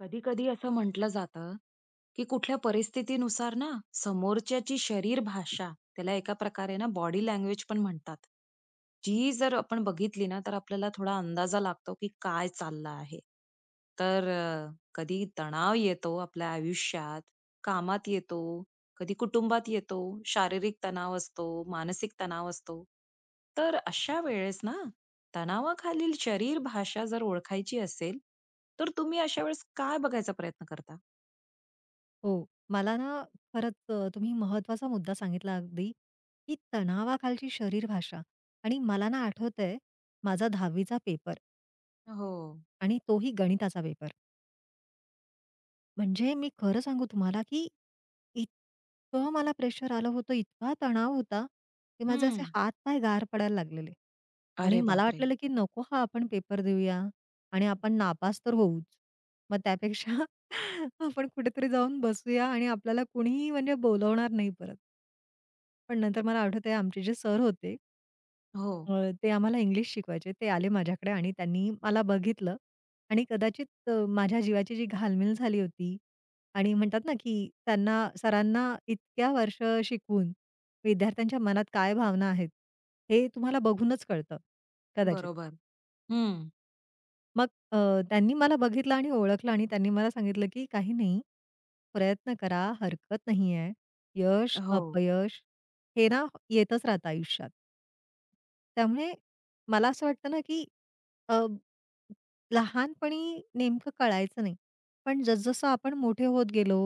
कधी कधी असं म्हटलं जातं की कुठल्या परिस्थितीनुसार ना समोरच्याची शरीर भाषा त्याला एका प्रकारे ना बॉडी लँग्वेज पण म्हणतात जी जर आपण बघितली ना तर आपल्याला थोडा अंदाजा लागतो की काय चाललं आहे. तर कधी तणाव येतो आपल्या आयुष्यात, कामात येतो, कधी कुटुंबात येतो, शारीरिक तणाव असतो, मानसिक तणाव असतो. तर अशा वेळेस ना, तणावाखालील शरीर भाषा जर ओळखायची असेल, तर तुम्ही अशा वेळेस काय बघायचा प्रयत्न करता? हो. मला ना खरंच तुम्ही महत्त्वाचा मुद्दा सांगितला अगदी, की तणावाखालची शरीरभाषा. आणि मला ना आठवतंय माझा 10वी चा पेपर हो. आणि तोही गणिताचा पेपर. म्हणजे मी खरं सांगू तुम्हाला, की इतकं मला प्रेशर आलं होतं, इतका तणाव होता, की माझे असे हं. हात-पाय गार पडायला लागलेले. आणि अरे मला बापरे! वाटलेलं, की नको हा आपण पेपर देऊया आणि आपण नापास तर होऊच. मग त्यापेक्षा आपण कुठेतरी जाऊन बसूया आणि आपल्याला कुणीही म्हणजे बोलवणार नाही परत. पण नंतर मला आठवतंय आमचे जे सर होते. हो. अ, ते आम्हाला इंग्लिश शिकवायचे. ते आले माझ्याकडे आणि त्यांनी मला बघितलं आणि कदाचित माझ्या जीवाची जी घालमेल झाली होती आणि म्हणतात ना, की त्यांना सरांना इतक्या वर्ष शिकवून विद्यार्थ्यांच्या मनात काय भावना आहेत, हे तुम्हाला बघूनच कळतं, कदाचित. बरोबर. हं. मग त्यांनी मला बघितलं आणि ओळखलं आणि त्यांनी मला सांगितलं, की "काही नाही, प्रयत्न करा, हरकत नाही आहे. यश, हो. अपयश हे ना येतच राहतं आयुष्यात." त्यामुळे मला असं वाटतं ना, की लहानपणी नेमकं कळायचं नाही. पण जसजसं आपण मोठे होत गेलो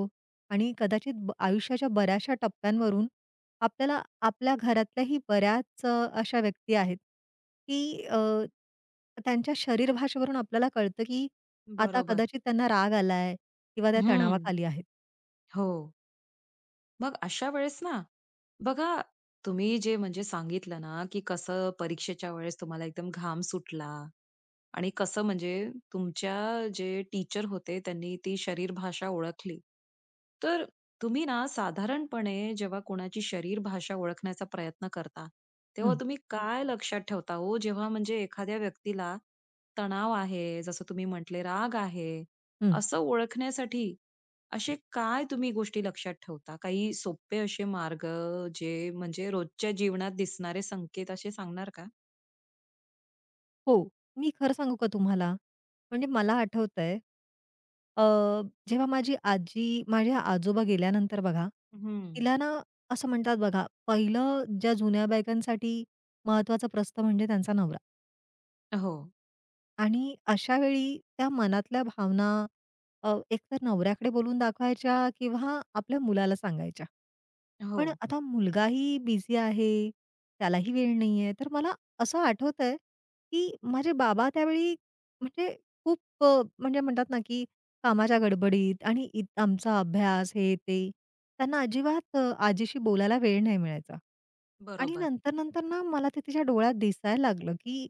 आणि कदाचित आयुष्याच्या बऱ्याचशा टप्प्यांवरून आपल्याला आपल्या घरातल्याही बऱ्याच अशा व्यक्ती आहेत, की त्यांच्या शरीरभाषेवरून आपल्याला कळतं, की आता बरोबर. कदाचित त्यांना राग आलाय किंवा त्या हं. तणावाखाली आहेत. हो. मग अशा वेळेस ना, बघा तुम्ही जे म्हणजे सांगितलं ना, की कसं परीक्षेच्या वेळेस तुम्हाला एकदम घाम सुटला आणि कसं म्हणजे तुमच्या जे टीचर होते त्यांनी ती शरीर भाषा ओळखली. तर तुम्ही ना साधारणपणे जेव्हा कोणाची शरीर भाषा ओळखण्याचा प्रयत्न करता, तेव्हा हं, तुम्ही काय लक्षात ठेवता हो? जेव्हा म्हणजे एखाद्या व्यक्तीला तणाव आहे, जसं तुम्ही म्हटले राग आहे, हं. असं ओळखण्यासाठी असे काय तुम्ही गोष्टी लक्षात ठेवता? काही सोपे असे मार्ग जे म्हणजे रोजच्या जीवनात दिसणारे संकेत असे सांगणार का? हो, मी खरं सांगू का तुम्हाला? म्हणजे मला आठवतंय अ, जेव्हा माझी आजी माझ्या आजोबा गेल्यानंतर बघा, हं. तिला ना असं म्हणतात बघा, पहिलं ज्या जुन्या बायकांसाठी महत्त्वाचं प्रस्तं म्हणजे त्यांचा नवरा. हो, आणि अशा वेळी त्या मनातल्या भावना एकतर नवऱ्याकडे बोलून दाखवायच्या किंवा आपल्या मुलाला सांगायच्या. हो. पण आता मुलगाही बिझी आहे, त्यालाही वेळ नाहीये. तर मला असं आठवतंय, की माझे बाबा त्यावेळी म्हणजे खूप म्हणजे म्हणतात ना, की कामाच्या गडबडीत आणि आमचा अभ्यास हे ते. त्यांना अजिबात आजीशी बोलायला वेळ नाही मिळायचा. आणि बरोबर. नंतर-नंतर ना मला ते तिच्या डोळ्यात दिसायला लागलं, की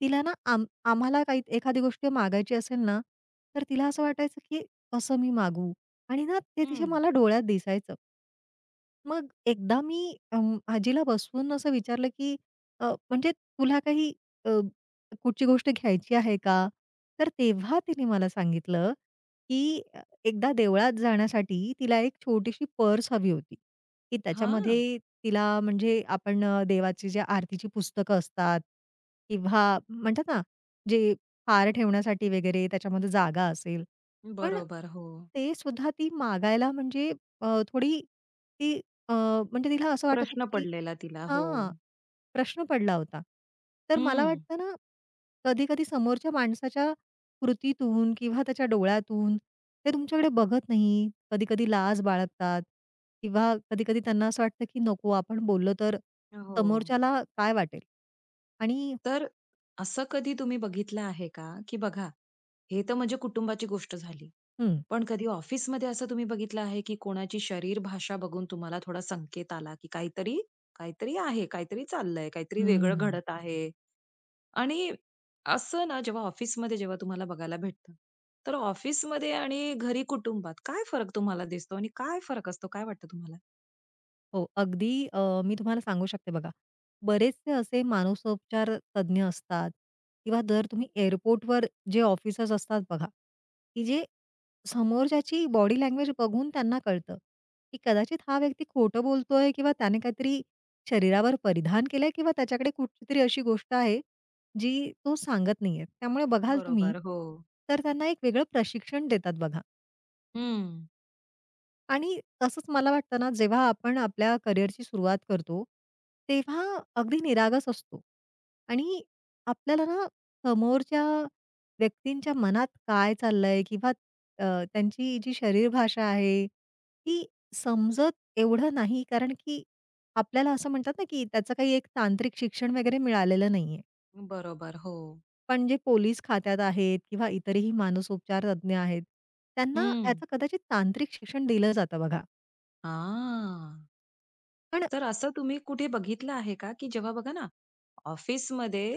तिला ना आम्हाला काही एखादी गोष्ट मागायची असेल ना, तर तिला असं वाटायचं, की कसं मी मागू? आणि ना ते तिच्या हं. मला डोळ्यात दिसायचं. मग एकदा मी आजीला बसवून असं विचारलं, की म्हणजे तुला काही अ, कुठची गोष्ट घ्यायची आहे का?" तर तेव्हा तिने मला सांगितलं, की एकदा देवळात जाण्यासाठी तिला एक छोटीशी पर्स हवी होती, की हां, त्याच्यामध्ये तिला म्हणजे आपण देवाची जी आरतीची पुस्तकं असतात किंवा म्हणतात ना, जे हार ठेवण्यासाठी वगैरे त्याच्यामध्ये जागा असेल. पण बरोबर. हो. ते सुद्धा ती मागायला म्हणजे थोडी ती अ, म्हणजे तिला असं वाटत होतं, प्रश्न की पडलेला तिला. हो. हां, प्रश्न पडला होता. तर मला हं. वाटतं ना, कधी-कधी समोरच्या माणसाच्या कृतीतून किंवा त्याच्या डोळ्यातून ते तुमच्याकडे बघत नाही. कधी-कधी लाज बाळगतात किंवा कधी-कधी त्यांना असं वाटतं, की नको आपण बोललो तर हो. समोरच्याला काय वाटेल? आणि तर असं कधी तुम्ही बघितलं आहे का, की बघा, हे तर म्हणजे कुटुंबाची गोष्ट झाली. पण कधी ऑफिसमध्ये असं तुम्ही बघितलं आहे, की कोणाची शरीर भाषा बघून तुम्हाला थोडा संकेत आला, की काहीतरी काहीतरी आहे, काहीतरी चाललंय, काहीतरी हं, वेगळं हं, घडत आहे? आणि असं ना जेव्हा ऑफिसमध्ये जेव्हा तुम्हाला बघायला भेटतं, तर ऑफिसमध्ये आणि घरी कुटुंबात काय फरक तुम्हाला दिसतो आणि काय फरक असतो? काय वाटतं तुम्हाला? हो, अगदी मी तुम्हाला सांगू शकते बघा. बरेचसे असे मानसोपचार तज्ञ असतात किंवा जर तुम्ही एअरपोर्टवर जे ऑफिसर्स असतात बघा, की जे समोरच्याची बॉडी लँग्वेज बघून त्यांना कळतं, की कदाचित हा व्यक्ती खोटं बोलतोय किंवा त्याने काहीतरी शरीरावर परिधान केलंय किंवा त्याच्याकडे कुठलीतरी अशी गोष्ट आहे, जी तो सांगत नाहीये. त्यामुळे बघाल तुम्ही, बरोबर, हो. तर त्यांना एक वेगळं प्रशिक्षण देतात बघा. हं. आणि तसंच मला वाटतं ना, जेव्हा आपण आपल्या करिअरची सुरुवात करतो, तेव्हा अगदी निरागस असतो आणि आपल्याला ना समोरच्या व्यक्तींच्या मनात काय चाललंय किंवा अ, त्यांची जी शरीरभाषा आहे, ती समजत एवढं नाही. कारण की आपल्याला असं म्हणतात ना, की त्याचं काही एक तांत्रिक शिक्षण वगैरे मिळालेलं नाहीये. बरोबर, हो. पण जे पोलीस खात्यात आहेत किंवा इतरही मानसोपचार तज्ञ आहेत, त्यांना हं. याचं कदाचित तांत्रिक शिक्षण दिलं जातं बघा. हां. पण तर असं तुम्ही कुठे बघितलं आहे का, की जेव्हा बघा ना, ऑफिसमध्ये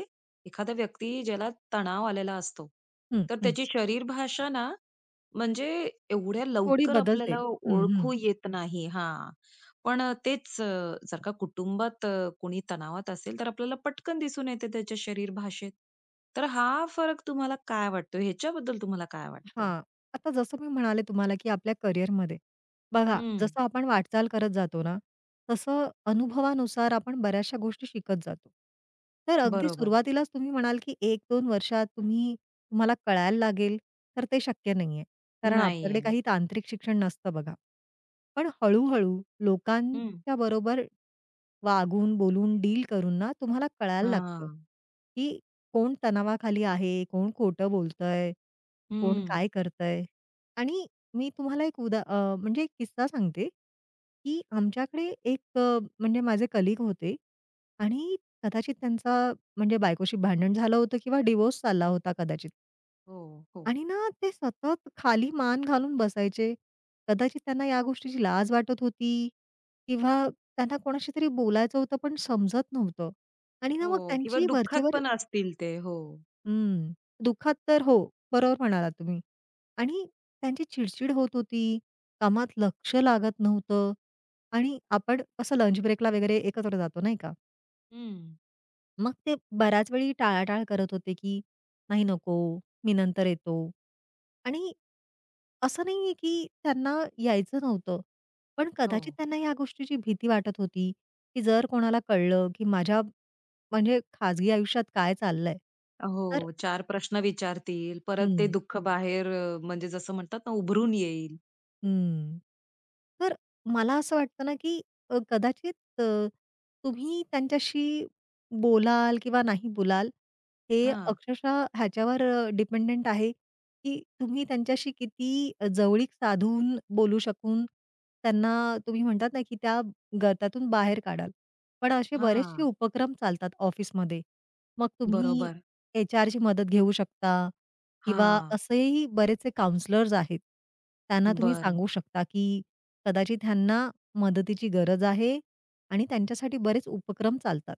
एखादा व्यक्ती ज्याला तणाव आलेला असतो, हं, तर हं. त्याची शरीर भाषा ना, म्हणजे एवढ्या थोडी लवकर बदलते. आपल्याला हं, हं. ओळखू येत नाही. हां. पण तेच जर का कुटुंबात कोणी तणावात असेल, तर आपल्याला पटकन दिसून येते त्याच्या शरीर भाषेत. तर हा फरक तुम्हाला काय वाटतो? ह्याच्याबद्दल तुम्हाला काय वाटतं? हां. आता जसं मी म्हणाले तुम्हाला, की आपल्या करिअरमध्ये बघा, हं. जसं आपण वाटचाल करत जातो ना, तसं अनुभवानुसार आपण बऱ्याचशा गोष्टी शिकत जातो. तर अगदी बरोबर. सुरुवातीलाच तुम्ही म्हणाल, की 1-2 वर्षात तुम्ही तुम्हाला कळायला लागेल, तर ते शक्य नाहीये. कारण आपल्याकडे नाहीये. काही तांत्रिक शिक्षण नसतं बघा. पण हळू-हळू हं. लोकांच्या बरोबर वागून, बोलून, डील करून ना तुम्हाला कळायला हां. लागतं, की कोण तणावाखाली आहे, कोण खोटं बोलतंय, कोण हं. काय करतंय. आणि मी तुम्हाला एक म्हणजे एक किस्सा सांगते, की आमच्याकडे एक म्हणजे माझे कलीग होते आणि कदाचित त्यांचा म्हणजे बायकोशी भांडण झालं होतं किंवा डिव्होर्स चालला होता कदाचित. हो, हो. आणि ना ते सतत खाली मान घालून बसायचे. कदाचित त्यांना या गोष्टीची लाज वाटत होती किंवा त्यांना कोणाशी तरी बोलायचं होतं पण समजत नव्हतं. आणि ना हो. मग किंवा त्यांची दुःखात वरचेवर पण असतील ते. हो. हं. दुःखात तर हो, बरोबर म्हणालात तुम्ही. आणि त्यांची चिडचिड होत होती, कामात लक्ष लागत नव्हतं आणि आपण असं लंच ब्रेकला वगैरे एकत्र जातो नाही का? हं. मग ते बऱ्याच वेळी टाळाटाळ करत होते, की "नाही नको, मी नंतर येतो." आणि असं नाहीये की त्यांना यायचं नव्हतं. पण हो. कदाचित त्यांना या गोष्टीची भीती वाटत होती, की जर कोणाला कळलं, की माझ्या म्हणजे खाजगी आयुष्यात काय चाललंय, तर हो. 4 प्रश्न विचारतील. परत ते हं. दुःख बाहेर म्हणजे जसं म्हणतात ना, उभरून येईल. हं. तर मला असं वाटतं ना, की कदाचित तुम्ही त्यांच्याशी बोलाल किंवा नाही बोलाल, हे हां, अक्षरशः ह्याच्यावर आहे, की तुम्ही त्यांच्याशी किती जवळीक साधून बोलू शकून त्यांना तुम्ही म्हणतात ना, की त्या गटातून बाहेर काढाल. पण असे बरेचसे हां. उपक्रम चालतात ऑफिसमध्ये. मग तुम्ही बरोबर. HRची मदत घेऊ शकता किंवा हां. असेही बरेचसे काउंसलर्स आहेत. त्यांना तुम्ही बर. सांगू शकता, की कदाचित ह्यांना मदतीची गरज आहे आणि त्यांच्यासाठी बरेच उपक्रम चालतात.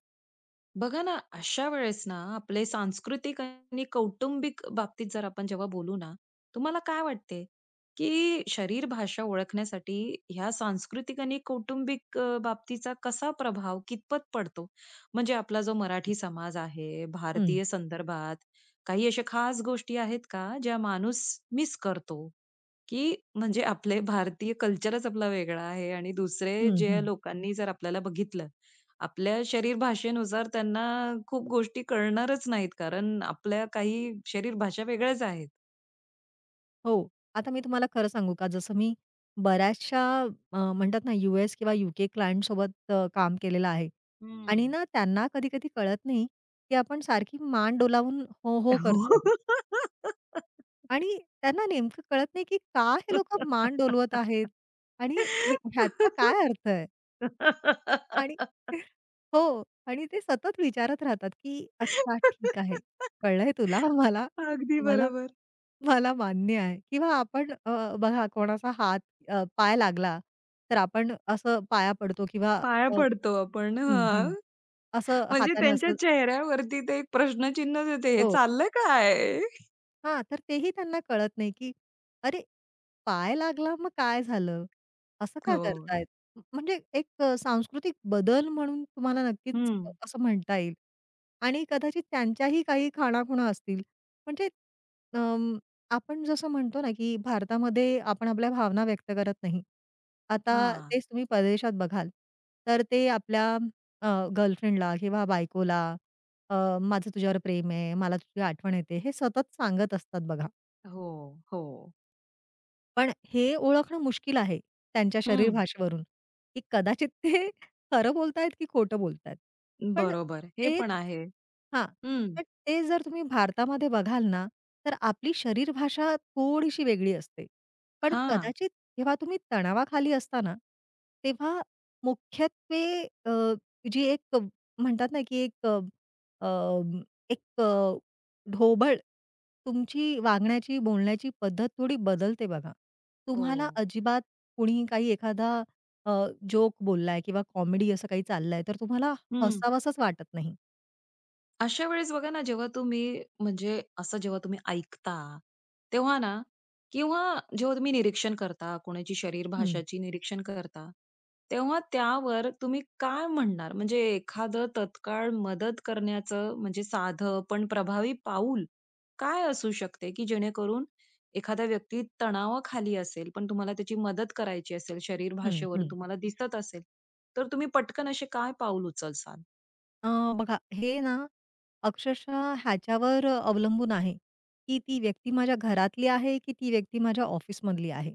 बघा ना, अशा वेळेस ना, आपले सांस्कृतिक आणि कौटुंबिक बाबतीत जर आपण जेव्हा बोलू ना, तुम्हाला काय वाटते, की शरीर भाषा ओळखण्यासाठी ह्या सांस्कृतिक आणि कौटुंबिक बाबतीचा कसा प्रभाव कितपत पडतो? म्हणजे आपला जो मराठी समाज आहे, हं, भारतीय संदर्भात काही अशा खास गोष्टी आहेत का, ज्या माणूस मिस करतो? की म्हणजे आपले भारतीय कल्चरच आपला वेगळा आहे आणि दुसरे हं, जे हं. लोकांनी जर आपल्याला बघितलं, आपल्या शरीर भाषेनुसार त्यांना खूप गोष्टी कळणारच नाहीत, कारण आपल्या काही शरीर भाषा वेगळ्याच आहेत. हो. आता मी तुम्हाला खरं सांगू का, जसं मी बऱ्याचशा म्हणतात ना, US किंवा UK क्लायंटसोबत काम केलेलं आहे हं. आणि ना त्यांना कधी-कधी कळत नाही, की आपण सारखी मान डोलावून हो, हो करतो बघा. आणि त्यांना नेमकं कळत नाही, की का हे लोकं मान डोलवत आहेत आणि हे ह्याचा काय अर्थ आहे? आणि हो. आणि ते सतत विचारत राहतात, की "अच्छा ठीक आहे. कळलंय तुला मला अगदी मला बरोबर. मला मान्य आहे." किंवा आपण बघा कोणाचा हात पाय लागला, तर आपण असं पाया पडतो किंवा पाया अ, पडतो आपण. हं, हां. हं. असं म्हणजे हाताने त्यांच्या असं चेहऱ्यावरती ते एक प्रश्नचिन्हच येते, "हे हो. चाललं काय?" हां, तर तेही त्यांना कळत नाही, की अरे पाय लागला मग काय झालं? असं का हो. करतायत? म्हणजे एक सांस्कृतिक बदल म्हणून तुम्हाला नक्कीच हं. असं म्हणता येईल. आणि कदाचित त्यांच्याही काही खाणाखुणा असतील. म्हणजे अं, आपण जसं म्हणतो ना, की भारतामध्ये आपण आपल्या भावना व्यक्त करत नाही. आता हां. तेच तुम्ही परदेशात बघाल, तर ते आपल्या गर्लफ्रेंडला किंवा बायकोला अ, "माझं तुझ्यावर प्रेम आहे, मला तुझी आठवण येते" हे सतत सांगत असतात बघा. हो, हो. पण हे ओळखणं मुश्किल आहे त्यांच्या शरीर हं. भाषेवरून, की कदाचित ते खरं बोलतायत की खोटं बोलतायत. पण बरोबर. हे तेच पण आहे. हां. हं. पण ते जर तुम्ही भारतामध्ये बघाल ना, तर आपली शरीर भाषा थोडीशी वेगळी असते. पण हां. कदाचित जेव्हा तुम्ही तणावाखाली असता ना, तेव्हा मुख्यत्वे अ, जी एक म्हणतात ना, की एक अ, अ, एक ढोबळ तुमची वागण्याची, बोलण्याची पद्धत थोडी बदलते बघा. हो. तुम्हाला अजिबात कुणी काही एखादा अ, जोक बोललाय किंवा कॉमेडी असं काही चाललंय, तर तुम्हाला हं. हसावसंच वाटत नाही. अशा वेळेस बघा ना, जेव्हा तुम्ही म्हणजे असं जेव्हा तुम्ही ऐकता, तेव्हा ना किंवा जेव्हा तुम्ही निरीक्षण करता, कोणाची शरीर हं, भाषाची निरीक्षण करता, तेव्हा त्यावर तुम्ही काय म्हणणार? म्हणजे एखादं तत्काळ मदत करण्याचं म्हणजे साधं पण प्रभावी पाऊल काय असू शकते, की जेणेकरून एखादा व्यक्ती तणावाखाली असेल, पण तुम्हाला त्याची मदत करायची असेल, शरीर हं, भाषेवरून हं. तुम्हाला दिसत असेल, तर तुम्ही पटकन असे काय पाऊल उचलसाल? अ, बघा हे ना, अक्षरशः ह्याच्यावर अवलंबून आहे, की ती व्यक्ती माझ्या घरातली आहे, की ती व्यक्ती माझ्या ऑफिसमधली आहे.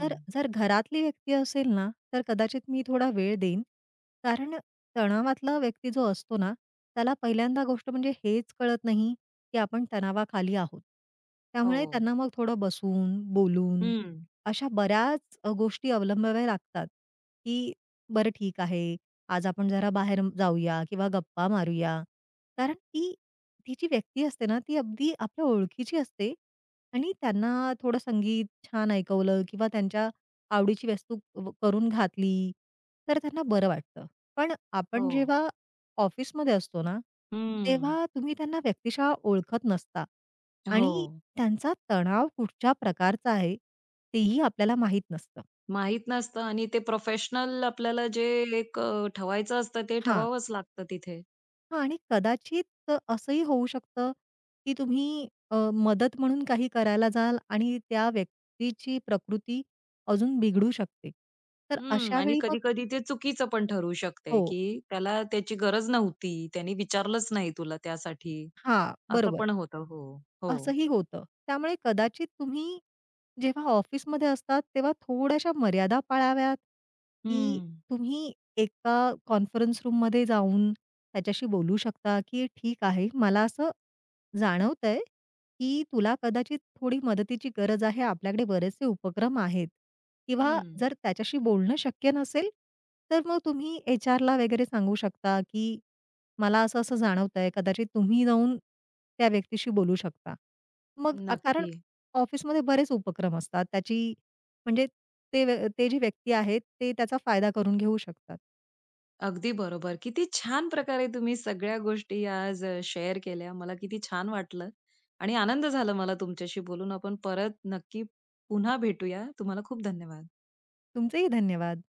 तर जर घरातली व्यक्ती असेल ना, तर कदाचित मी थोडा वेळ देईन. कारण तणावातला व्यक्ती जो असतो ना, त्याला पहिल्यांदा गोष्ट म्हणजे हेच कळत नाही, की आपण तणावाखाली आहोत. त्यामुळे हो. त्यांना मग थोडं बसून, बोलून हं. अशा बऱ्याच गोष्टी अवलंबाव्या लागतात, की बरं ठीक आहे, आज आपण जरा बाहेर जाऊया किंवा गप्पा मारूया. कारण ती ती जी व्यक्ती असते ना, ती अगदी आपल्या ओळखीची असते आणि त्यांना थोडं संगीत छान ऐकवलं किंवा त्यांच्या आवडीची वस्तू व करून घातली, तर त्यांना बरं वाटतं. पण हो. आपण जेव्हा ऑफिसमध्ये असतो ना, हं. तेव्हा तुम्ही त्यांना व्यक्तिशः ओळखत नसता हो. आणि त्यांचा तणाव कुठच्या प्रकारचा आहे, तेही आपल्याला माहीत नसतं. माहीत नसतं आणि ते प्रोफेशनल आपल्याला जे एक ठेवायचं असतं ते हां. ठेवावंच लागतं तिथे. हां आणि कदाचित असंही होऊ शकतं, की तुम्ही मदत म्हणून काही करायला जाल आणि त्या व्यक्तीची प्रकृती अजून बिघडू शकते. तर हं. अशा आणि वेळी मग कधी-कधी ते चुकीचं पण ठरू शकते, हो. की त्याला त्याची गरज नव्हती. त्याने विचारलंच नाही तुला त्यासाठी. हां, असं बरोबर. पण होतं. हो. हो. असंही होतं. त्यामुळे कदाचित तुम्ही जेव्हा ऑफिसमध्ये असतात, तेव्हा थोड्याशा मर्यादा पाळाव्यात, की हं. तुम्ही एका कॉन्फरन्स रूममध्ये जाऊन त्याच्याशी बोलू शकता, की "ठीक आहे, मला असं जाणवतंय, की तुला कदाचित थोडी मदतीची गरज आहे. आपल्याकडे बरेचसे उपक्रम आहेत." किंवा हं. जर त्याच्याशी बोलणं शक्य नसेल, तर मग तुम्ही HRला वगैरे सांगू शकता, की "मला असं-असं जाणवतंय, कदाचित तुम्ही जाऊन त्या व्यक्तीशी बोलू शकता." मग हं. कारण नक्की. ऑफिसमध्ये बरेच उपक्रम असतात. त्याची म्हणजे ते जी व्यक्ती आहेत, ते त्याचा फायदा करून घेऊ शकतात. अगदी बरोबर. किती छान प्रकारे तुम्ही सगळ्या गोष्टी आज शेअर केल्या. मला किती छान वाटलं आणि आनंद झाला मला तुमच्याशी बोलून. आपण परत नक्की पुन्हा भेटूया. तुम्हाला खूप धन्यवाद. तुमचेही धन्यवाद.